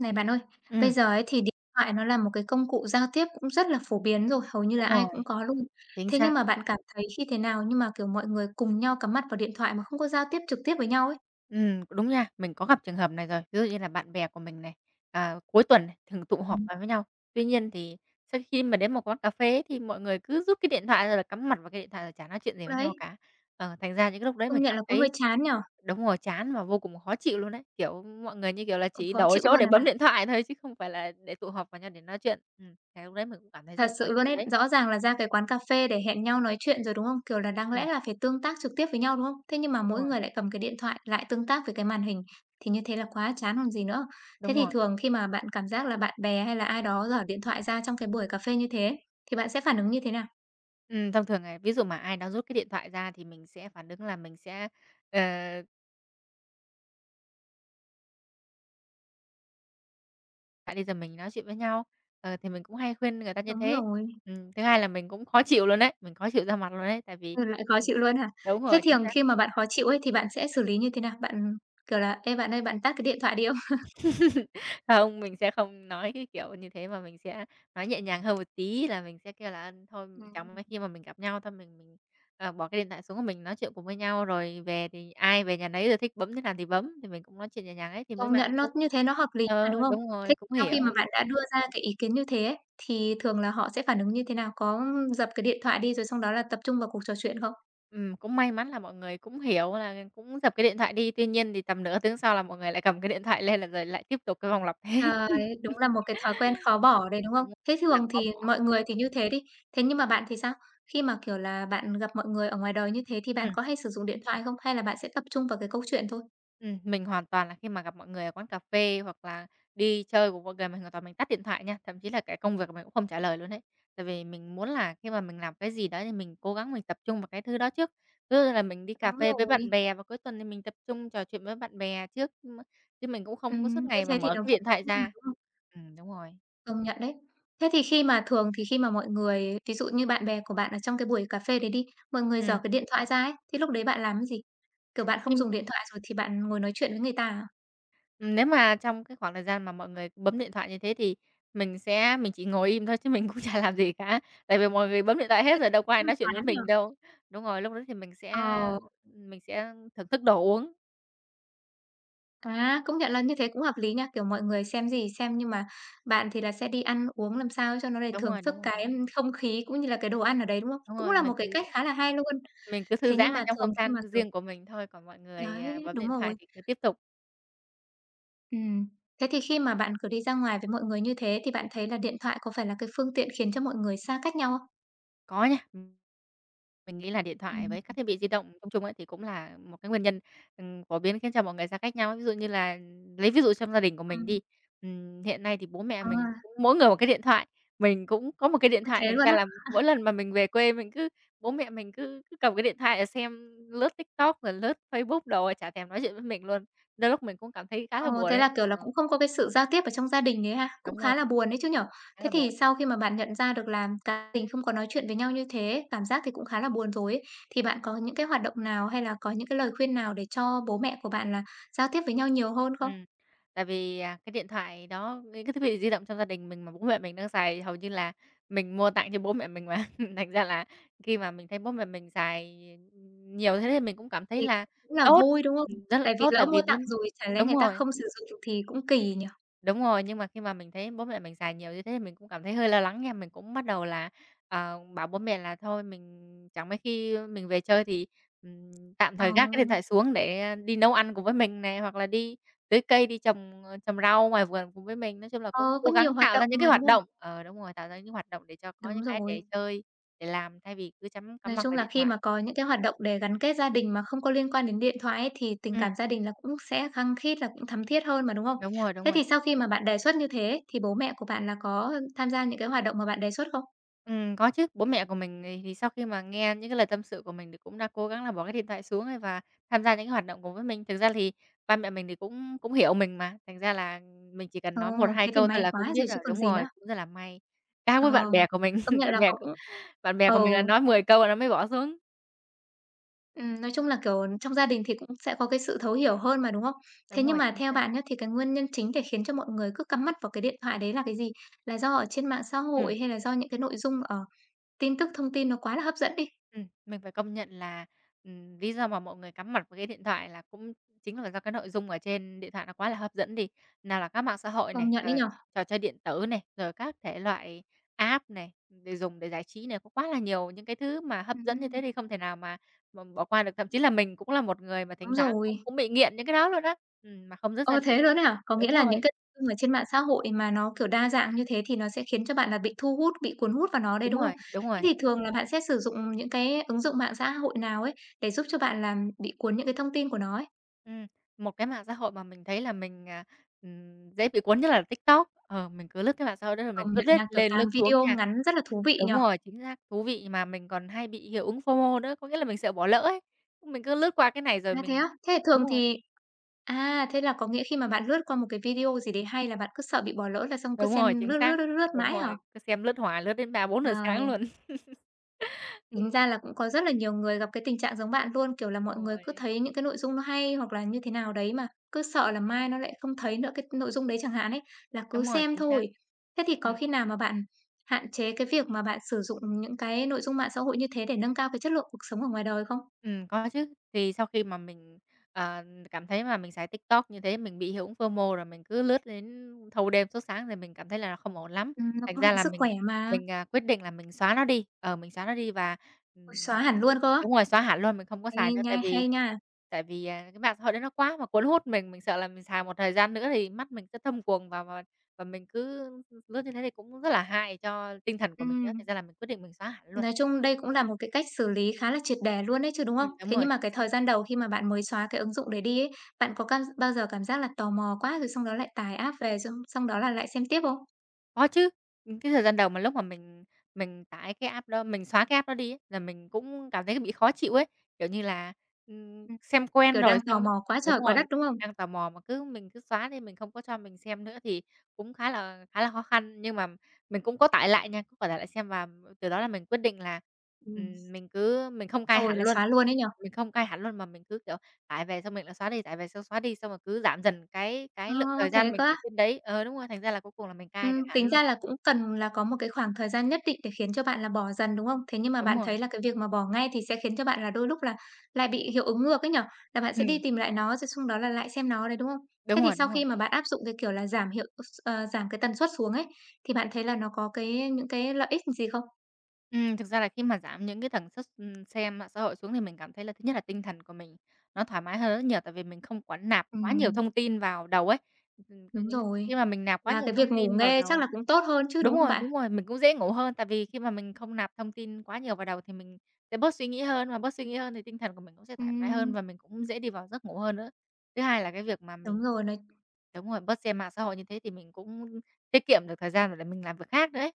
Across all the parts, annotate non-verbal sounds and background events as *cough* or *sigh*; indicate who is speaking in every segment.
Speaker 1: Này bạn ơi, bây
Speaker 2: Ừm,
Speaker 1: giờ ấy thì điện thoại nó là một cái công cụ giao tiếp cũng rất là phổ biến rồi, hầu như
Speaker 2: đúng
Speaker 1: là ai
Speaker 2: rồi,
Speaker 1: cũng có luôn.
Speaker 2: chính
Speaker 1: Thế
Speaker 2: xác.
Speaker 1: nhưng mà bạn cảm thấy khi thế nào nhưng mà, kiểu, mọi người cùng nhau cắm mặt vào điện thoại mà không có giao tiếp trực tiếp với nhau ấy?
Speaker 2: Đúng nha, mình có gặp trường hợp này rồi. Ví dụ như là bạn bè của mình này, cuối tuần này, thường tụ họp lại với nhau. Tuy nhiên thì sau khi mà đến một quán cà phê ấy, thì mọi người cứ rút cái điện thoại ra là cắm mặt vào cái điện thoại rồi chả nói chuyện gì với nhau
Speaker 1: Đấy,
Speaker 2: cả. Ờ, thành ra những cái lúc đấy
Speaker 1: công
Speaker 2: mình
Speaker 1: nhận
Speaker 2: cảm
Speaker 1: là cũng hơi
Speaker 2: thấy.
Speaker 1: chán nhỉ?
Speaker 2: Đúng rồi, chán và vô cùng khó chịu luôn đấy. Kiểu, mọi người, như kiểu là,
Speaker 1: Ừ,
Speaker 2: chỉ
Speaker 1: khó
Speaker 2: đổi
Speaker 1: chịu
Speaker 2: chỗ
Speaker 1: luôn
Speaker 2: để
Speaker 1: này
Speaker 2: bấm
Speaker 1: bạn.
Speaker 2: điện thoại thôi chứ không phải là để tụ họp vào nhau để nói chuyện. Cái lúc đấy mình cũng cảm thấy rất
Speaker 1: Thật
Speaker 2: là khó
Speaker 1: sự luôn
Speaker 2: chịu
Speaker 1: ấy,
Speaker 2: đấy.
Speaker 1: rõ ràng là ra cái quán cà phê để hẹn nhau nói chuyện rồi, đúng không? Kiểu là đáng
Speaker 2: Ừm,
Speaker 1: lẽ là phải tương tác trực tiếp với nhau, đúng không? Thế nhưng mà
Speaker 2: đúng
Speaker 1: mỗi
Speaker 2: rồi,
Speaker 1: người lại cầm cái điện thoại, lại tương tác với cái màn hình, thì như thế là quá chán còn gì nữa. Thế
Speaker 2: đúng
Speaker 1: thì
Speaker 2: rồi.
Speaker 1: thường khi mà bạn cảm giác là bạn bè hay là ai đó giở điện thoại ra trong cái buổi cà phê như thế thì bạn sẽ phản ứng như thế nào?
Speaker 2: Thông thường, này ví dụ mà ai đó rút cái điện thoại ra thì mình sẽ phản ứng là mình sẽ, ờ, "Lại đây giờ mình nói chuyện với nhau." Ờ, thì mình cũng hay khuyên người ta như
Speaker 1: Đúng
Speaker 2: thế.
Speaker 1: rồi,
Speaker 2: Thứ hai là mình cũng khó chịu luôn đấy, mình khó chịu ra mặt luôn đấy, tại vì
Speaker 1: ừ, lại khó
Speaker 2: ừm,
Speaker 1: chịu luôn hả?
Speaker 2: đúng
Speaker 1: Thế
Speaker 2: rồi, chính
Speaker 1: thường
Speaker 2: xác.
Speaker 1: khi mà bạn khó chịu ấy thì bạn sẽ xử lý như thế nào? Bạn, kiểu là: "Ê, bạn ơi, bạn tắt cái điện thoại đi" không?
Speaker 2: *laughs* Không, mình sẽ không nói cái kiểu như thế, mà mình sẽ nói nhẹ nhàng hơn một tí là mình sẽ kêu là, thôi
Speaker 1: *laughs*
Speaker 2: chóng
Speaker 1: Ừm.
Speaker 2: khi mà mình gặp nhau thôi mình, bỏ cái điện thoại xuống, mình nói chuyện cùng với nhau, rồi về thì ai về nhà nấy, rồi thích bấm thế nào thì bấm, thì mình cũng nói chuyện nhẹ nhàng ấy, thì mấy
Speaker 1: Công
Speaker 2: bạn ấy
Speaker 1: nhận nó
Speaker 2: cũng
Speaker 1: như thế nó hợp lý mà, đúng không?
Speaker 2: đúng rồi,
Speaker 1: Thế thì
Speaker 2: cũng
Speaker 1: sau khi mà
Speaker 2: hiểu.
Speaker 1: bạn đã đưa ra cái ý kiến như thế ấy, thì thường là họ sẽ phản ứng như thế nào? Có dập cái điện thoại đi rồi xong đó là tập trung vào cuộc trò chuyện không?
Speaker 2: Cũng may mắn là mọi người cũng hiểu là cũng dập cái điện thoại đi, tuy nhiên thì tầm nửa tiếng sau là mọi người lại cầm cái điện thoại lên là rồi lại tiếp tục cái vòng lặp thế.
Speaker 1: Trời, đúng là một cái thói quen
Speaker 2: *laughs*
Speaker 1: khó bỏ đấy, đúng
Speaker 2: Đúng
Speaker 1: không?
Speaker 2: rồi,
Speaker 1: Thế
Speaker 2: rất là
Speaker 1: thường
Speaker 2: khó
Speaker 1: thì
Speaker 2: bỏ.
Speaker 1: mọi người thì như thế đi, thế nhưng mà bạn thì sao? Khi mà, kiểu là, bạn gặp mọi người ở ngoài đời như thế thì bạn
Speaker 2: Ừm.
Speaker 1: có hay sử dụng điện thoại không? Hay là bạn sẽ tập trung vào cái câu chuyện thôi?
Speaker 2: Mình hoàn toàn là khi mà gặp mọi người ở quán cà phê hoặc là đi chơi cùng mọi người mình hoàn toàn mình tắt điện thoại nha, thậm chí là cái công việc mình cũng không trả lời luôn đấy. Tại vì mình muốn là khi mà mình làm cái gì đó thì mình cố gắng mình tập trung vào cái thứ đó trước. Ví là mình đi cà
Speaker 1: Đúng
Speaker 2: phê với bạn
Speaker 1: rồi,
Speaker 2: bè vào cuối tuần thì mình tập trung trò chuyện với bạn bè trước, chứ mình cũng không có suốt
Speaker 1: như
Speaker 2: ngày mà
Speaker 1: thế thì
Speaker 2: mở
Speaker 1: nó
Speaker 2: cái
Speaker 1: vô
Speaker 2: điện thoại
Speaker 1: tư mà,
Speaker 2: ra.
Speaker 1: đúng không?
Speaker 2: Đúng rồi.
Speaker 1: Công nhận đấy. Thế thì khi mà thường thì khi mà mọi người ví dụ như bạn bè của bạn ở trong cái buổi cà phê đấy đi, mọi người
Speaker 2: Ừm,
Speaker 1: giở cái điện thoại ra ấy, thì lúc đấy bạn làm cái gì? Kiểu, bạn không dùng
Speaker 2: khi
Speaker 1: điện thoại rồi thì bạn ngồi nói chuyện với người ta à?
Speaker 2: Nếu mà trong cái khoảng thời gian mà mọi người bấm điện thoại như thế thì mình chỉ ngồi im thôi chứ mình *laughs* cũng chả làm gì cả, tại vì mọi người bấm điện thoại hết rồi đâu có ai
Speaker 1: Hơi
Speaker 2: nói chuyện với
Speaker 1: chán nhỉ?
Speaker 2: mình đâu. Đúng rồi, lúc đó thì mình sẽ
Speaker 1: Ờ,
Speaker 2: mình sẽ thưởng thức đồ uống.
Speaker 1: à, công nhận là như thế cũng hợp lý nha, kiểu, mọi người xem gì xem nhưng mà bạn thì là sẽ đi ăn uống làm sao cho nó để
Speaker 2: Đúng
Speaker 1: thưởng
Speaker 2: rồi,
Speaker 1: thức
Speaker 2: đúng rồi,
Speaker 1: cái không khí cũng như là cái đồ ăn ở đấy, đúng không?
Speaker 2: đúng
Speaker 1: Cũng
Speaker 2: rồi,
Speaker 1: là
Speaker 2: mình
Speaker 1: một cái
Speaker 2: cứ
Speaker 1: cách khá là hay luôn.
Speaker 2: mình cứ thư
Speaker 1: Thế
Speaker 2: giãn
Speaker 1: nhưng
Speaker 2: ở
Speaker 1: mà
Speaker 2: trong
Speaker 1: thường
Speaker 2: không
Speaker 1: khi
Speaker 2: gian
Speaker 1: mà, kiểu
Speaker 2: riêng của mình thôi, còn mọi người,
Speaker 1: đấy,
Speaker 2: bấm
Speaker 1: đúng
Speaker 2: điện thoại
Speaker 1: rồi.
Speaker 2: thì cứ tiếp tục.
Speaker 1: Ừm. Thế thì khi mà bạn cứ đi ra ngoài với mọi người như thế thì bạn thấy là điện thoại có phải là cái phương tiện khiến cho mọi người xa cách nhau không?
Speaker 2: Có nha. Ừm. Mình nghĩ là điện thoại
Speaker 1: Ừm,
Speaker 2: với các thiết bị di động chung chung ấy thì cũng là một cái nguyên nhân, phổ biến khiến cho mọi người xa cách nhau ấy. Ví dụ như là lấy ví dụ trong gia đình của mình
Speaker 1: ừm.
Speaker 2: đi, hiện nay thì bố mẹ mình
Speaker 1: À,
Speaker 2: cũng mỗi người một cái điện thoại, mình cũng có một cái điện
Speaker 1: ôi,
Speaker 2: thoại,
Speaker 1: thế
Speaker 2: thành
Speaker 1: luôn
Speaker 2: ra
Speaker 1: á?
Speaker 2: là mỗi lần mà mình về quê mình cứ bố mẹ mình cứ cứ cầm cái điện thoại để xem lướt TikTok rồi lướt Facebook đồ, chả thèm nói chuyện với mình luôn. Đôi lúc mình cũng cảm thấy khá
Speaker 1: Ờ,
Speaker 2: là buồn
Speaker 1: thế là,
Speaker 2: đấy.
Speaker 1: kiểu là,
Speaker 2: Ờ,
Speaker 1: cũng không có cái sự giao tiếp ở trong gia đình đấy ha? Cũng
Speaker 2: đúng rồi,
Speaker 1: khá là buồn đấy chứ nhỉ?
Speaker 2: khá là
Speaker 1: Thế
Speaker 2: buồn.
Speaker 1: thì sau khi mà bạn nhận ra được là gia đình không có nói chuyện với nhau như thế, cảm giác thì cũng khá là buồn rồi ấy, thì bạn có những cái hoạt động nào hay là có những cái lời khuyên nào để cho bố mẹ của bạn là giao tiếp với nhau nhiều hơn không?
Speaker 2: Ừm, Tại vì, cái điện thoại đó, cái thiết bị di động trong gia đình mình mà bố mẹ mình đang xài hầu như là mình mua tặng cho bố mẹ mình mà, *laughs* thành ra là khi mà mình thấy bố mẹ mình xài nhiều thế thì mình cũng cảm thấy
Speaker 1: Thì
Speaker 2: là
Speaker 1: cũng là
Speaker 2: tốt,
Speaker 1: vui, đúng không?
Speaker 2: rất là
Speaker 1: Tại vì
Speaker 2: tốt tại
Speaker 1: lỡ
Speaker 2: vì
Speaker 1: mua tặng rồi chả lẽ
Speaker 2: đúng
Speaker 1: người ta
Speaker 2: rồi.
Speaker 1: không sử dụng thì cũng kỳ nhỉ?
Speaker 2: Đúng rồi, nhưng mà khi mà mình thấy bố mẹ mình xài nhiều như thế thì mình cũng cảm thấy hơi lo lắng nha. Mình cũng bắt đầu là, bảo bố mẹ là thôi mình chẳng mấy khi mình về chơi thì, ừm, tạm
Speaker 1: Ờ.
Speaker 2: thời gác cái điện thoại xuống để đi nấu ăn cùng với mình này, hoặc là đi tưới cây, đi trồng, trồng rau ngoài vườn cùng với mình. Nói chung là
Speaker 1: Ờ,
Speaker 2: cũng cố
Speaker 1: có nhiều
Speaker 2: gắng
Speaker 1: hoạt
Speaker 2: tạo ra
Speaker 1: động
Speaker 2: những cái
Speaker 1: mà,
Speaker 2: hoạt
Speaker 1: đúng không?
Speaker 2: động ờ, đúng rồi, tạo ra những hoạt động để cho có những
Speaker 1: Đúng
Speaker 2: cái để
Speaker 1: rồi.
Speaker 2: chơi, để làm thay vì cứ cắm
Speaker 1: Nói
Speaker 2: mặt
Speaker 1: chung
Speaker 2: vào
Speaker 1: là
Speaker 2: điện
Speaker 1: khi
Speaker 2: thoại.
Speaker 1: mà có những cái hoạt động để gắn kết gia đình mà không có liên quan đến điện thoại ấy, thì tình cảm
Speaker 2: Ừm,
Speaker 1: gia đình là cũng sẽ khăng khít, là cũng thắm thiết hơn mà, đúng không?
Speaker 2: đúng rồi, đúng
Speaker 1: Thế
Speaker 2: rồi.
Speaker 1: thì sau khi mà bạn đề xuất như thế ấy, thì bố mẹ của bạn là có tham gia những cái hoạt động mà bạn đề xuất không?
Speaker 2: Có chứ. Bố mẹ của mình thì sau khi mà nghe những cái lời tâm sự của mình thì cũng đã cố gắng là bỏ cái điện thoại xuống ấy và tham gia những cái hoạt động cùng với mình. Thực ra thì ba mẹ mình thì cũng cũng hiểu mình mà, thành ra là mình chỉ cần
Speaker 1: Ồ,
Speaker 2: nói một hai
Speaker 1: thế thì
Speaker 2: câu thôi
Speaker 1: may
Speaker 2: là
Speaker 1: quá
Speaker 2: cũng
Speaker 1: rồi
Speaker 2: biết rồi.
Speaker 1: chứ còn
Speaker 2: Đúng
Speaker 1: gì
Speaker 2: rồi,
Speaker 1: nữa.
Speaker 2: cũng rất là may. Khác
Speaker 1: Ờ,
Speaker 2: với bạn bè của mình,
Speaker 1: công
Speaker 2: *laughs*
Speaker 1: nhận
Speaker 2: bạn
Speaker 1: là
Speaker 2: bè của
Speaker 1: cũng
Speaker 2: bạn bè
Speaker 1: ừ.
Speaker 2: của mình là nói 10 câu là nó mới bỏ xuống.
Speaker 1: Nói chung là, kiểu, trong gia đình thì cũng sẽ có cái sự thấu hiểu hơn mà, đúng không? Thế
Speaker 2: Đúng
Speaker 1: nhưng
Speaker 2: rồi,
Speaker 1: mà
Speaker 2: chính
Speaker 1: theo
Speaker 2: xác.
Speaker 1: bạn nhá, thì cái nguyên nhân chính để khiến cho mọi người cứ cắm mắt vào cái điện thoại đấy là cái gì? Là do ở trên mạng xã
Speaker 2: Ừm.
Speaker 1: hội hay là do những cái nội dung ở tin tức, thông tin nó quá là hấp dẫn đi?
Speaker 2: Mình phải công nhận là, lý do mà mọi người cắm mặt với cái điện thoại là cũng chính là do cái nội dung ở trên điện thoại nó quá là hấp dẫn đi. Nào là các mạng xã hội
Speaker 1: Công
Speaker 2: này,
Speaker 1: nhận đấy
Speaker 2: rồi
Speaker 1: nhỉ?
Speaker 2: trò chơi điện tử này, rồi các thể loại app này, để dùng để giải trí này, có quá là nhiều những cái thứ mà hấp dẫn như thế
Speaker 1: Ừm.
Speaker 2: thì không thể nào mà bỏ qua được. Thậm chí là mình cũng là một người mà
Speaker 1: Đúng
Speaker 2: thỉnh thoảng cũng
Speaker 1: rồi.
Speaker 2: cũng bị nghiện những cái đó luôn á, mà không dứt ra
Speaker 1: Ơ,
Speaker 2: được.
Speaker 1: thế luôn ấy hả? Có
Speaker 2: Đúng
Speaker 1: nghĩa là
Speaker 2: rồi,
Speaker 1: những cái nội dung ở trên mạng xã hội mà nó, kiểu, đa dạng như thế thì nó sẽ khiến cho bạn là bị thu hút, bị cuốn hút vào nó đấy,
Speaker 2: đúng
Speaker 1: đúng
Speaker 2: rồi,
Speaker 1: không?
Speaker 2: đúng
Speaker 1: Thế
Speaker 2: rồi.
Speaker 1: thì thường là bạn sẽ sử dụng những cái ứng dụng mạng xã hội nào ấy để giúp cho bạn là bị cuốn những cái thông tin của nó ấy?
Speaker 2: Ừm, Một cái mạng xã hội mà mình thấy là mình, dễ bị cuốn nhất là TikTok. Ờ, mình cứ lướt cái mạng xã hội đó rồi mình
Speaker 1: Công
Speaker 2: cứ
Speaker 1: nhận
Speaker 2: lết
Speaker 1: nha, kiểu,
Speaker 2: lên lướt
Speaker 1: toàn
Speaker 2: xuống
Speaker 1: video
Speaker 2: nha.
Speaker 1: ngắn rất là thú vị
Speaker 2: Đúng
Speaker 1: nhở
Speaker 2: rồi, chính xác, thú vị mà mình còn hay bị hiệu ứng FOMO nữa, có nghĩa là mình sợ bỏ lỡ ấy. Mình cứ lướt qua cái này rồi
Speaker 1: À, thế á? Thế thường
Speaker 2: đúng rồi,
Speaker 1: thì à, thế là có nghĩa khi mà bạn lướt qua một cái video gì đấy hay là bạn cứ sợ bị bỏ lỡ là xong cứ
Speaker 2: đúng rồi,
Speaker 1: xem
Speaker 2: chính
Speaker 1: lướt, lướt,
Speaker 2: xác,
Speaker 1: lướt, lướt
Speaker 2: đúng
Speaker 1: mãi hả?
Speaker 2: rồi, cứ xem lướt hoài, lướt đến 3, 4 giờ sáng
Speaker 1: Rồi,
Speaker 2: luôn.
Speaker 1: tính ra là cũng có rất là nhiều người gặp cái tình trạng giống bạn luôn, kiểu là,
Speaker 2: Đúng
Speaker 1: mọi người
Speaker 2: rồi,
Speaker 1: cứ thấy những cái nội dung nó hay hoặc là như thế nào đấy mà cứ sợ là mai nó lại không thấy nữa cái nội dung đấy chẳng hạn ấy, là cứ
Speaker 2: đúng rồi,
Speaker 1: xem
Speaker 2: chính xác.
Speaker 1: thôi. Thế thì có
Speaker 2: Ừm.
Speaker 1: khi nào mà bạn hạn chế cái việc mà bạn sử dụng những cái nội dung mạng xã hội như thế để nâng cao cái chất lượng cuộc sống ở ngoài đời không?
Speaker 2: Có chứ. Thì sau khi mà mình, ờ, cảm thấy mà mình xài TikTok như thế, mình bị hiệu ứng FOMO rồi mình cứ lướt đến thâu đêm suốt sáng thì mình cảm thấy là không ổn lắm.
Speaker 1: Nó
Speaker 2: Thành
Speaker 1: cũng
Speaker 2: ra
Speaker 1: hại
Speaker 2: là
Speaker 1: sức
Speaker 2: mình
Speaker 1: khỏe mà.
Speaker 2: mình, quyết định là mình xóa nó đi, mình xóa nó đi và,
Speaker 1: Ôi,
Speaker 2: ờ
Speaker 1: xóa hẳn luôn cơ á?
Speaker 2: đúng rồi, xóa hẳn luôn, mình không có
Speaker 1: Ê,
Speaker 2: xài nữa.
Speaker 1: nha,
Speaker 2: Tại vì
Speaker 1: hay nha.
Speaker 2: tại vì, à, cái mạng xã hội đấy nó quá mà cuốn hút mình sợ là mình xài một thời gian nữa thì mắt mình sẽ thâm quầng và mình cứ lướt như thế thì cũng rất là hại cho tinh thần của mình nữa,
Speaker 1: Ừm,
Speaker 2: thành ra là mình quyết định mình xóa hẳn luôn.
Speaker 1: nói chung đây cũng là một cái cách xử lý khá là triệt để luôn đấy chứ, đúng không?
Speaker 2: Đúng
Speaker 1: Thế
Speaker 2: rồi,
Speaker 1: nhưng mà
Speaker 2: chính
Speaker 1: cái
Speaker 2: xác.
Speaker 1: thời gian đầu khi mà bạn mới xóa cái ứng dụng đấy đi ấy, bạn có bao giờ cảm giác là tò mò quá rồi xong đó lại tải app về xong xong đó là lại xem tiếp không?
Speaker 2: Có chứ, cái thời gian đầu mà lúc mà mình tải cái app đó, mình xóa cái app đó đi ấy, là mình cũng cảm thấy bị khó chịu ấy, kiểu như là,
Speaker 1: Ừm.
Speaker 2: xem quen
Speaker 1: Kiểu, đang
Speaker 2: rồi
Speaker 1: tò
Speaker 2: xong
Speaker 1: mò quá trời
Speaker 2: đúng
Speaker 1: quá
Speaker 2: rồi,
Speaker 1: đất, đúng không?
Speaker 2: đang tò mò mà mình cứ xóa đi, mình không có cho mình xem nữa thì cũng khá là khó khăn. Nhưng mà mình cũng có tải lại nha, cũng có tải lại xem và từ đó là mình quyết định là,
Speaker 1: Ừm.
Speaker 2: mình không cai
Speaker 1: Thôi
Speaker 2: hẳn
Speaker 1: là
Speaker 2: luôn,
Speaker 1: xóa luôn ấy nhở
Speaker 2: mà mình cứ, kiểu, tải về xong mình lại xóa đi, tải về xong xóa đi, xong rồi cứ giảm dần cái
Speaker 1: Ờ,
Speaker 2: lượng thời gian
Speaker 1: thế
Speaker 2: mình
Speaker 1: cơ á?
Speaker 2: ở trên đấy. Ờ, đúng rồi, thành ra là cuối cùng là mình cai được hẳn
Speaker 1: Tính
Speaker 2: luôn.
Speaker 1: ra là cũng cần là có một cái khoảng thời gian nhất định để khiến cho bạn là bỏ dần, đúng không? Thế nhưng mà
Speaker 2: Đúng
Speaker 1: bạn
Speaker 2: rồi,
Speaker 1: thấy là cái việc mà bỏ ngay thì sẽ khiến cho bạn là đôi lúc là lại bị hiệu ứng ngược ấy nhở Là bạn sẽ đi
Speaker 2: ừm,
Speaker 1: tìm lại nó, rồi xong đó là lại xem nó đấy, đúng không? Thế
Speaker 2: đúng
Speaker 1: thì
Speaker 2: rồi, đúng
Speaker 1: sau
Speaker 2: rồi.
Speaker 1: khi mà bạn áp dụng cái kiểu là giảm cái tần suất xuống ấy, thì bạn thấy là nó có cái những cái lợi ích gì không?
Speaker 2: Thực ra là khi mà giảm những cái tần suất, xem mạng xã hội xuống thì mình cảm thấy là thứ nhất là tinh thần của mình nó thoải mái hơn rất nhiều, tại vì mình không có nạp quá nhiều
Speaker 1: Ừm.
Speaker 2: thông tin vào đầu ấy. Cái
Speaker 1: Đúng
Speaker 2: những cái
Speaker 1: rồi.
Speaker 2: khi mà mình nạp quá
Speaker 1: Và
Speaker 2: nhiều
Speaker 1: cái việc
Speaker 2: thông
Speaker 1: ngủ
Speaker 2: tin vào
Speaker 1: nghe chắc
Speaker 2: đầu.
Speaker 1: là cũng tốt hơn chứ, đúng không bạn?
Speaker 2: Đúng rồi, mình cũng dễ ngủ hơn, tại vì khi mà mình không nạp thông tin quá nhiều vào đầu thì mình sẽ bớt suy nghĩ hơn, mà bớt suy nghĩ hơn thì tinh thần của mình cũng sẽ thoải mái hơn
Speaker 1: Ừm.
Speaker 2: và mình cũng dễ đi vào giấc ngủ hơn nữa. Thứ hai là cái việc mà mình
Speaker 1: Đúng rồi, nói
Speaker 2: đúng rồi, bớt xem mạng xã hội như thế thì mình cũng tiết kiệm được thời gian để mình làm việc khác nữa ấy.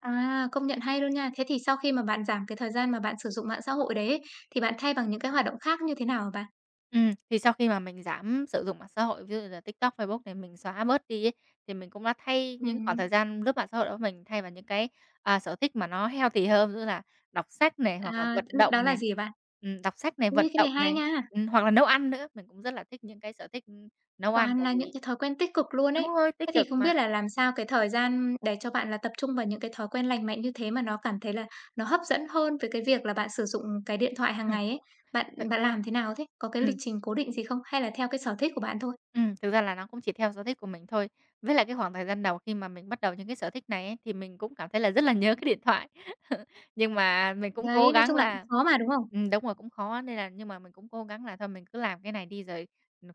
Speaker 1: À, công nhận hay luôn nha. Thế thì sau khi mà bạn giảm cái thời gian mà bạn sử dụng mạng xã hội đấy ấy, thì bạn thay bằng những cái hoạt động khác như thế nào hả bạn?
Speaker 2: Thì sau khi mà mình giảm sử dụng mạng xã hội, ví dụ như là TikTok, Facebook để mình xóa bớt đi ấy, thì mình cũng đã thay những khoảng
Speaker 1: Ừm.
Speaker 2: thời gian lướt mạng xã hội đó mình thay vào những cái, sở thích mà nó healthy hơn, như là đọc sách này, hoặc là
Speaker 1: À,
Speaker 2: vận
Speaker 1: đó
Speaker 2: động này,
Speaker 1: là gì hả bạn?
Speaker 2: đọc sách này, vận
Speaker 1: Ui cái này
Speaker 2: động
Speaker 1: hay
Speaker 2: này,
Speaker 1: nha,
Speaker 2: hoặc là nấu ăn nữa. Mình cũng rất là thích những cái sở thích, nấu ăn,
Speaker 1: toàn
Speaker 2: tại
Speaker 1: là những
Speaker 2: vì
Speaker 1: cái thói quen tích cực luôn ấy.
Speaker 2: đúng rồi,
Speaker 1: Thế
Speaker 2: tích
Speaker 1: thì
Speaker 2: cực
Speaker 1: không
Speaker 2: mà.
Speaker 1: biết là làm sao cái thời gian để cho bạn là tập trung vào những cái thói quen lành mạnh như thế mà nó cảm thấy là nó hấp dẫn hơn với cái việc là bạn sử dụng cái điện thoại hàng
Speaker 2: Ừm,
Speaker 1: ngày ấy. Bạn bạn làm thế nào thế? Có cái lịch
Speaker 2: t
Speaker 1: trình cố định gì không? Hay là theo cái sở thích của bạn thôi?
Speaker 2: Ừ, thực ra là nó cũng chỉ theo sở thích của mình thôi. Với lại cái khoảng thời gian đầu khi mà mình bắt đầu những cái sở thích này ấy, thì mình cũng cảm thấy là rất là nhớ cái điện thoại. *laughs* Nhưng mà mình cũng cố
Speaker 1: Đấy, nói
Speaker 2: gắng
Speaker 1: chung là cũng
Speaker 2: là
Speaker 1: khó mà, đúng không?
Speaker 2: đúng rồi, cũng khó nên là nhưng mà mình cũng cố gắng là thôi mình cứ làm cái này đi rồi,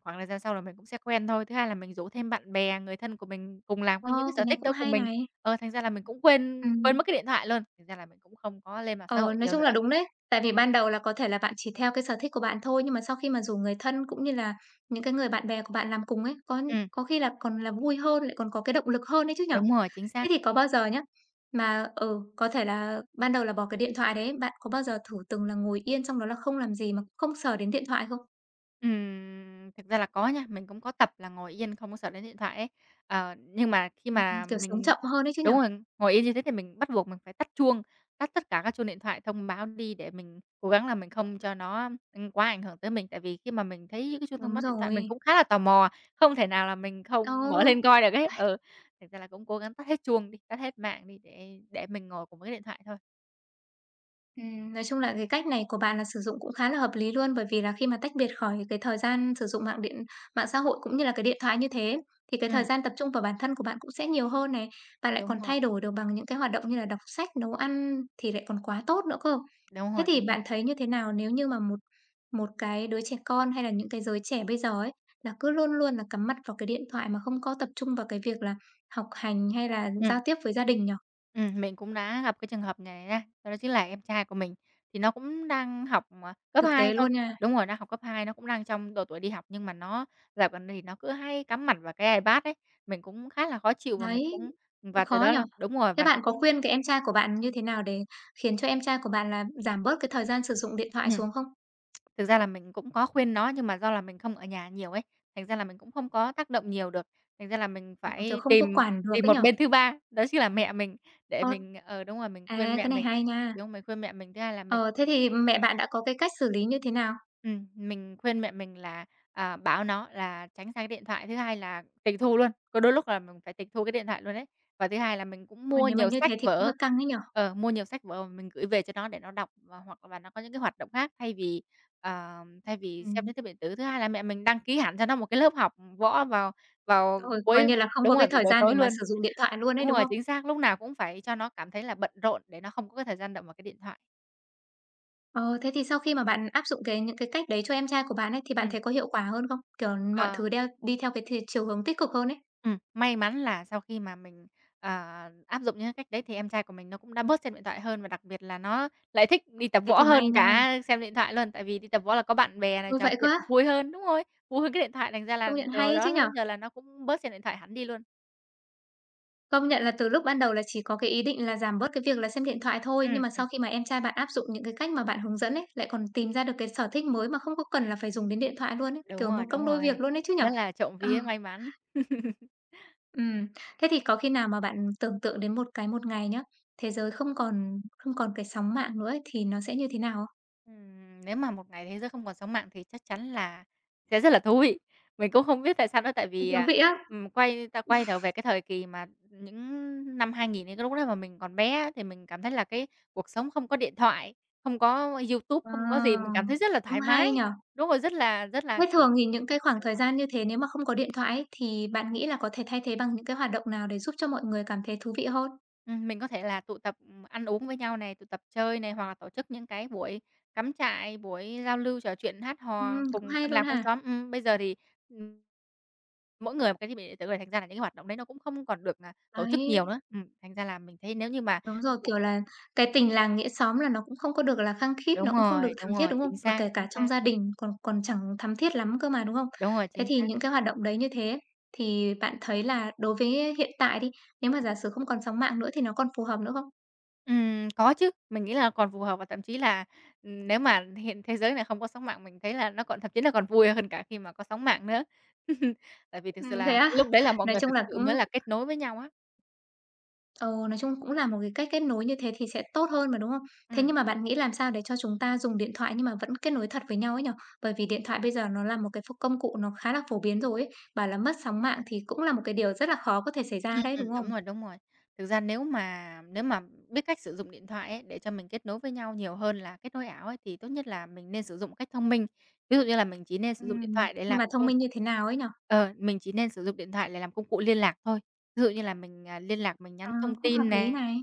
Speaker 2: khoảng thời gian sau là mình cũng sẽ quen thôi. Thứ hai là mình rủ thêm bạn bè, người thân của mình cùng làm
Speaker 1: Ồ,
Speaker 2: cái những cái sở
Speaker 1: cái này
Speaker 2: thích đó
Speaker 1: cũng
Speaker 2: cùng
Speaker 1: hay
Speaker 2: mình.
Speaker 1: này.
Speaker 2: Ờ, thành ra là mình cũng quên quên
Speaker 1: Ừm.
Speaker 2: mất cái điện thoại luôn, thành ra là mình cũng không có lên mạng xã
Speaker 1: Ờ,
Speaker 2: hội
Speaker 1: nói
Speaker 2: nhiều
Speaker 1: chung
Speaker 2: nữa.
Speaker 1: là đúng đấy. Tại vì ban đầu là có thể là bạn chỉ theo cái sở thích của bạn thôi, nhưng mà sau khi mà rủ người thân cũng như là những cái người bạn bè của bạn làm cùng ấy,
Speaker 2: Ừ,
Speaker 1: có khi là còn là vui hơn, lại còn có cái động lực hơn đấy chứ nhở?
Speaker 2: đúng rồi, chính
Speaker 1: Thế
Speaker 2: xác.
Speaker 1: thì có bao giờ nhá, mà ừ, có thể là ban đầu là bỏ cái điện thoại đấy, bạn có bao giờ thử từng là ngồi yên xong đó là không làm gì mà không sờ đến điện thoại không?
Speaker 2: Thực ra là có nha, mình cũng có tập là ngồi yên không có sợ đến điện thoại ấy. Ờ, nhưng mà khi mà
Speaker 1: Kiểu, sống
Speaker 2: mình
Speaker 1: chậm hơn đấy chứ nhở?
Speaker 2: đúng rồi, ngồi yên như thế thì mình bắt buộc mình phải tắt chuông, tắt tất cả các chuông điện thoại thông báo đi để mình cố gắng là mình không cho nó, quá ảnh hưởng tới mình. Tại vì khi mà mình thấy những cái chuông thông
Speaker 1: Đúng
Speaker 2: báo điện thoại mình
Speaker 1: rồi.
Speaker 2: cũng khá là tò mò, không thể nào là mình
Speaker 1: Ờ.
Speaker 2: không mở lên coi được ấy. Ừ, thành ra là cũng cố gắng tắt hết chuông đi, tắt hết mạng đi để mình ngồi cùng với cái điện thoại thôi.
Speaker 1: Nói chung là cái cách này của bạn là sử dụng cũng khá là hợp lý luôn, bởi vì là khi mà tách biệt khỏi cái thời gian sử dụng mạng xã hội cũng như là cái điện thoại như thế, thì cái thời
Speaker 2: Ừm,
Speaker 1: gian tập trung vào bản thân của bạn cũng sẽ nhiều hơn này. Bạn lại còn
Speaker 2: đúng rồi,
Speaker 1: thay đổi được bằng những cái hoạt động như là đọc sách, nấu ăn thì lại còn quá tốt nữa cơ.
Speaker 2: đúng
Speaker 1: Thế
Speaker 2: rồi,
Speaker 1: thì
Speaker 2: đúng rồi.
Speaker 1: bạn thấy như thế nào nếu như mà một một cái đứa trẻ con hay là những cái giới trẻ bây giờ ấy, là cứ luôn luôn là cắm mặt vào cái điện thoại mà không có tập trung vào cái việc là học hành hay là
Speaker 2: Ừm.
Speaker 1: giao tiếp với gia đình nhỉ?
Speaker 2: Mình cũng đã gặp cái trường hợp này nha, đó đó chính là em trai của mình. Thì nó cũng đang học, cấp
Speaker 1: Thực
Speaker 2: 2
Speaker 1: tế
Speaker 2: thôi,
Speaker 1: luôn nha.
Speaker 2: đúng rồi, đang học cấp 2, nó cũng đang trong độ tuổi đi học, nhưng mà nó dạo gần đây thì nó cứ hay cắm mặt vào cái iPad ấy. Mình cũng khá là khó chịu và mình
Speaker 1: Đấy.
Speaker 2: cũng và từ
Speaker 1: Khó
Speaker 2: đó
Speaker 1: nhỉ?
Speaker 2: là đúng rồi,
Speaker 1: Thế
Speaker 2: và nó
Speaker 1: bạn có
Speaker 2: cũng
Speaker 1: khuyên cái em trai của bạn như thế nào để khiến cho em trai của bạn là giảm bớt cái thời gian sử dụng điện thoại
Speaker 2: ừm,
Speaker 1: xuống không?
Speaker 2: thực ra là mình cũng có khuyên nó nhưng mà do là mình không ở nhà nhiều ấy, thành ra là mình cũng không có tác động nhiều được. Thành ra là mình
Speaker 1: Kiểu,
Speaker 2: phải
Speaker 1: không có
Speaker 2: tìm
Speaker 1: quản được
Speaker 2: tìm
Speaker 1: ấy nhỉ?
Speaker 2: một bên thứ ba, đó chính là mẹ mình để
Speaker 1: Ờ.
Speaker 2: mình đúng rồi, mình khuyên
Speaker 1: À,
Speaker 2: mẹ
Speaker 1: cái này
Speaker 2: mình
Speaker 1: hay nha.
Speaker 2: đúng, mình khuyên mẹ mình. Thứ hai là
Speaker 1: Ờ, thế thì mẹ bạn đã có cái cách xử lý như thế nào?
Speaker 2: Mình khuyên mẹ mình là, báo nó là tránh xa cái điện thoại, thứ hai là tịch thu luôn, có đôi lúc là mình phải tịch thu cái điện thoại luôn ấy. Và thứ hai là mình cũng
Speaker 1: Ôi,
Speaker 2: mua
Speaker 1: nếu mà
Speaker 2: nhiều
Speaker 1: như
Speaker 2: sách
Speaker 1: thế thì cũng
Speaker 2: vở
Speaker 1: hơi căng ấy nhỉ?
Speaker 2: mua nhiều sách vở mà mình gửi về cho nó để nó đọc và hoặc là nó có những cái hoạt động khác ờ, thay vì
Speaker 1: Ừ,
Speaker 2: xem thiết bị điện tử. Thứ hai là mẹ mình đăng ký hẳn cho nó một cái lớp học võ vào vào
Speaker 1: rồi,
Speaker 2: cuối
Speaker 1: coi như là không
Speaker 2: đúng
Speaker 1: có
Speaker 2: rồi,
Speaker 1: cái
Speaker 2: vào
Speaker 1: thời
Speaker 2: buổi
Speaker 1: gian
Speaker 2: tối
Speaker 1: để mà
Speaker 2: luôn.
Speaker 1: sử dụng điện thoại luôn ấy,
Speaker 2: Đúng
Speaker 1: đúng
Speaker 2: rồi,
Speaker 1: không?
Speaker 2: chính xác, lúc nào cũng phải cho nó cảm thấy là bận rộn để nó không có cái thời gian động vào cái điện thoại.
Speaker 1: Ờ, thế thì sau khi mà bạn áp dụng cái những cái cách đấy cho em trai của bạn ấy, thì bạn
Speaker 2: Ừm.
Speaker 1: thấy có hiệu quả hơn không? Kiểu, mọi
Speaker 2: Ờ.
Speaker 1: thứ đeo đi theo cái thì chiều hướng tích cực hơn ấy.
Speaker 2: May mắn là sau khi mà mình, ờ, áp dụng những cái cách đấy thì em trai của mình nó cũng đã bớt xem điện thoại hơn và đặc biệt là nó lại thích
Speaker 1: Ừ,
Speaker 2: đi tập
Speaker 1: thế
Speaker 2: võ
Speaker 1: thì may
Speaker 2: hơn
Speaker 1: nha.
Speaker 2: cả xem điện thoại luôn. Tại vì đi tập võ là có bạn bè này,
Speaker 1: Ôi,
Speaker 2: trò
Speaker 1: vậy cơ
Speaker 2: chuyện
Speaker 1: á?
Speaker 2: vui hơn đúng rồi, vui hơn cái điện thoại, thành ra là
Speaker 1: Công nhận
Speaker 2: từ
Speaker 1: hay
Speaker 2: hồi
Speaker 1: ấy
Speaker 2: đó
Speaker 1: chứ nhỉ?
Speaker 2: đến giờ là nó cũng bớt xem điện thoại hẳn đi luôn.
Speaker 1: Công nhận là từ lúc ban đầu là chỉ có cái ý định là giảm bớt cái việc là xem điện thoại thôi, nhưng
Speaker 2: Ừm,
Speaker 1: mà sau khi mà em trai bạn áp dụng những cái cách mà bạn hướng dẫn ấy, lại còn tìm ra được cái sở thích mới mà không có cần là phải dùng đến điện thoại luôn ấy, kiểu một
Speaker 2: đúng
Speaker 1: công đôi
Speaker 2: rồi,
Speaker 1: việc luôn đấy chứ
Speaker 2: rất
Speaker 1: nhở?
Speaker 2: là trộm
Speaker 1: Ừ,
Speaker 2: vía
Speaker 1: *laughs*
Speaker 2: may mắn. *laughs*
Speaker 1: ừm. Thế thì có khi nào mà bạn tưởng tượng đến một cái một ngày nhá, thế giới không còn cái sóng mạng nữa ấy, thì nó sẽ như thế nào không?
Speaker 2: Nếu mà một ngày thế giới không còn sóng mạng thì chắc chắn là sẽ rất là thú vị. Mình cũng không biết tại sao nữa, tại vì,
Speaker 1: Thú vị á.
Speaker 2: ta quay trở về cái thời kỳ mà những năm 2000 ấy, cái lúc đó mà mình còn bé á, thì mình cảm thấy là cái cuộc sống không có điện thoại, không có YouTube,
Speaker 1: Ờ,
Speaker 2: không có gì, mình cảm thấy rất là
Speaker 1: cũng
Speaker 2: thoải mái.
Speaker 1: hay nhở?
Speaker 2: Đúng rồi, rất là,
Speaker 1: Thế
Speaker 2: kiểu
Speaker 1: thường thì những cái khoảng thời gian như thế nếu mà không có điện thoại ấy, thì bạn nghĩ là có thể thay thế bằng những cái hoạt động nào để giúp cho mọi người cảm thấy thú vị hơn?
Speaker 2: Mình có thể là tụ tập, ăn uống với nhau này, tụ tập chơi này, hoặc là tổ chức những cái buổi cắm trại, buổi giao lưu trò chuyện, hát hò
Speaker 1: Cũng
Speaker 2: cùng
Speaker 1: hay
Speaker 2: quanh
Speaker 1: luôn
Speaker 2: làng quanh
Speaker 1: ha.
Speaker 2: xóm. Bây giờ thì, ừm, mỗi người một cái thiết bị điện tử rồi, thành ra là những cái hoạt động đấy nó cũng không còn được, tổ chức nhiều
Speaker 1: Đấy,
Speaker 2: nữa. Thành ra là mình thấy nếu như mà
Speaker 1: đúng rồi, kiểu là, cái tình làng nghĩa xóm là nó cũng không có được là khăng khít, nó cũng không được thắm
Speaker 2: đúng
Speaker 1: thiết,
Speaker 2: rồi,
Speaker 1: đúng không?
Speaker 2: chính
Speaker 1: Mà
Speaker 2: xác,
Speaker 1: kể
Speaker 2: chính
Speaker 1: cả trong
Speaker 2: xác.
Speaker 1: gia đình còn còn chẳng thắm thiết lắm cơ mà, đúng không?
Speaker 2: Đúng rồi,
Speaker 1: Thế
Speaker 2: chính
Speaker 1: thì
Speaker 2: xác.
Speaker 1: những cái hoạt động đấy như thế thì bạn thấy là đối với hiện tại đi, nếu mà giả sử không còn sóng mạng nữa thì nó còn phù hợp nữa không?
Speaker 2: Có chứ, mình nghĩ là còn phù hợp và thậm chí là, nếu mà hiện thế giới này không có sóng mạng mình thấy là nó còn thậm chí là còn vui hơn cả khi mà có sóng mạng nữa. *laughs* Tại vì thực sự
Speaker 1: Thế
Speaker 2: là lúc
Speaker 1: á?
Speaker 2: đấy là mọi
Speaker 1: Nói
Speaker 2: người
Speaker 1: chung
Speaker 2: thực
Speaker 1: là
Speaker 2: sự mới
Speaker 1: cũng
Speaker 2: là kết nối với nhau á.
Speaker 1: ừ, nói chung cũng là một cái cách kết nối như thế thì sẽ tốt hơn mà, đúng không? Thế
Speaker 2: Ừm.
Speaker 1: nhưng mà bạn nghĩ làm sao để cho chúng ta dùng điện thoại nhưng mà vẫn kết nối thật với nhau ấy nhở? Bởi vì điện thoại bây giờ nó là một cái ph công cụ nó khá là phổ biến rồi ấy, bảo là mất sóng mạng thì cũng là một cái điều rất là khó có thể xảy ra đấy, đúng không?
Speaker 2: Đúng rồi, đúng rồi. Thực ra nếu mà biết cách sử dụng điện thoại ấy, để cho mình kết nối với nhau nhiều hơn là kết nối ảo ấy, thì tốt nhất là mình nên sử dụng một cách thông minh. Ví dụ như là mình chỉ nên sử dụng điện thoại để
Speaker 1: Nhưng
Speaker 2: làm
Speaker 1: mà thông
Speaker 2: công
Speaker 1: minh
Speaker 2: cụ
Speaker 1: như thế nào ấy nhở?
Speaker 2: mình chỉ nên sử dụng điện thoại để làm công cụ liên lạc thôi. Ví dụ như là mình liên lạc,
Speaker 1: À, cũng hợp lý này.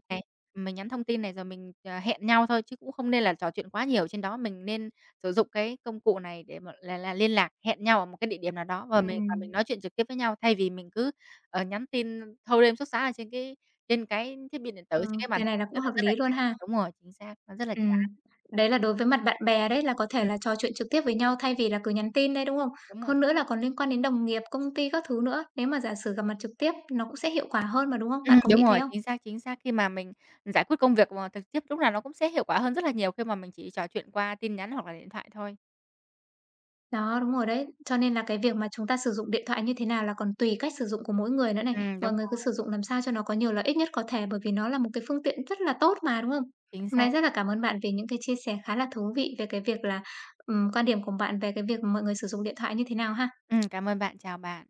Speaker 2: mình nhắn thông tin này rồi mình hẹn nhau thôi, chứ cũng không nên là trò chuyện quá nhiều trên đó. Mình nên sử dụng cái công cụ này để mà là liên lạc, hẹn nhau ở một cái địa điểm nào đó và mình
Speaker 1: Ừm,
Speaker 2: nói chuyện trực tiếp với nhau, thay vì mình cứ nhắn tin thâu đêm suốt sáng ở trên cái thiết bị điện tử,
Speaker 1: ờ,
Speaker 2: trên cái màn
Speaker 1: cái
Speaker 2: hình
Speaker 1: này là
Speaker 2: thực
Speaker 1: cũng
Speaker 2: sự là
Speaker 1: hợp
Speaker 2: rất là
Speaker 1: lý luôn
Speaker 2: chán.
Speaker 1: ha.
Speaker 2: Đúng rồi, chính xác, nó rất là
Speaker 1: Ừm,
Speaker 2: chán.
Speaker 1: đấy là đối với mặt bạn bè đấy, là có thể
Speaker 2: Ừm,
Speaker 1: là trò chuyện trực tiếp với nhau thay vì là cứ nhắn tin đây, đúng không?
Speaker 2: đúng rồi.
Speaker 1: Hơn nữa là còn liên quan đến đồng nghiệp, công ty các thứ nữa, nếu mà giả sử gặp mặt trực tiếp nó cũng sẽ hiệu quả hơn mà, đúng không? Bạn có
Speaker 2: Đúng
Speaker 1: nghĩ thế
Speaker 2: rồi,
Speaker 1: không?
Speaker 2: chính xác, chính xác. Khi mà mình giải quyết công việc mà trực tiếp lúc nào nó cũng sẽ hiệu quả hơn rất là nhiều khi mà mình chỉ trò chuyện qua tin nhắn hoặc là điện thoại thôi.
Speaker 1: Đó, đúng rồi đấy. Cho nên là cái việc mà chúng ta sử dụng điện thoại như thế nào là còn tùy cách sử dụng của mỗi người nữa này. Mọi
Speaker 2: Đúng
Speaker 1: người cứ
Speaker 2: rồi,
Speaker 1: sử dụng làm sao cho nó có nhiều lợi ích nhất có thể bởi vì nó là một cái phương tiện rất là tốt mà, đúng không?
Speaker 2: chính
Speaker 1: Hôm
Speaker 2: xác.
Speaker 1: nay rất là cảm ơn bạn vì những cái chia sẻ khá là thú vị về cái việc là, quan điểm của bạn về cái việc mọi người sử dụng điện thoại như thế nào ha.
Speaker 2: Cảm ơn bạn, chào bạn.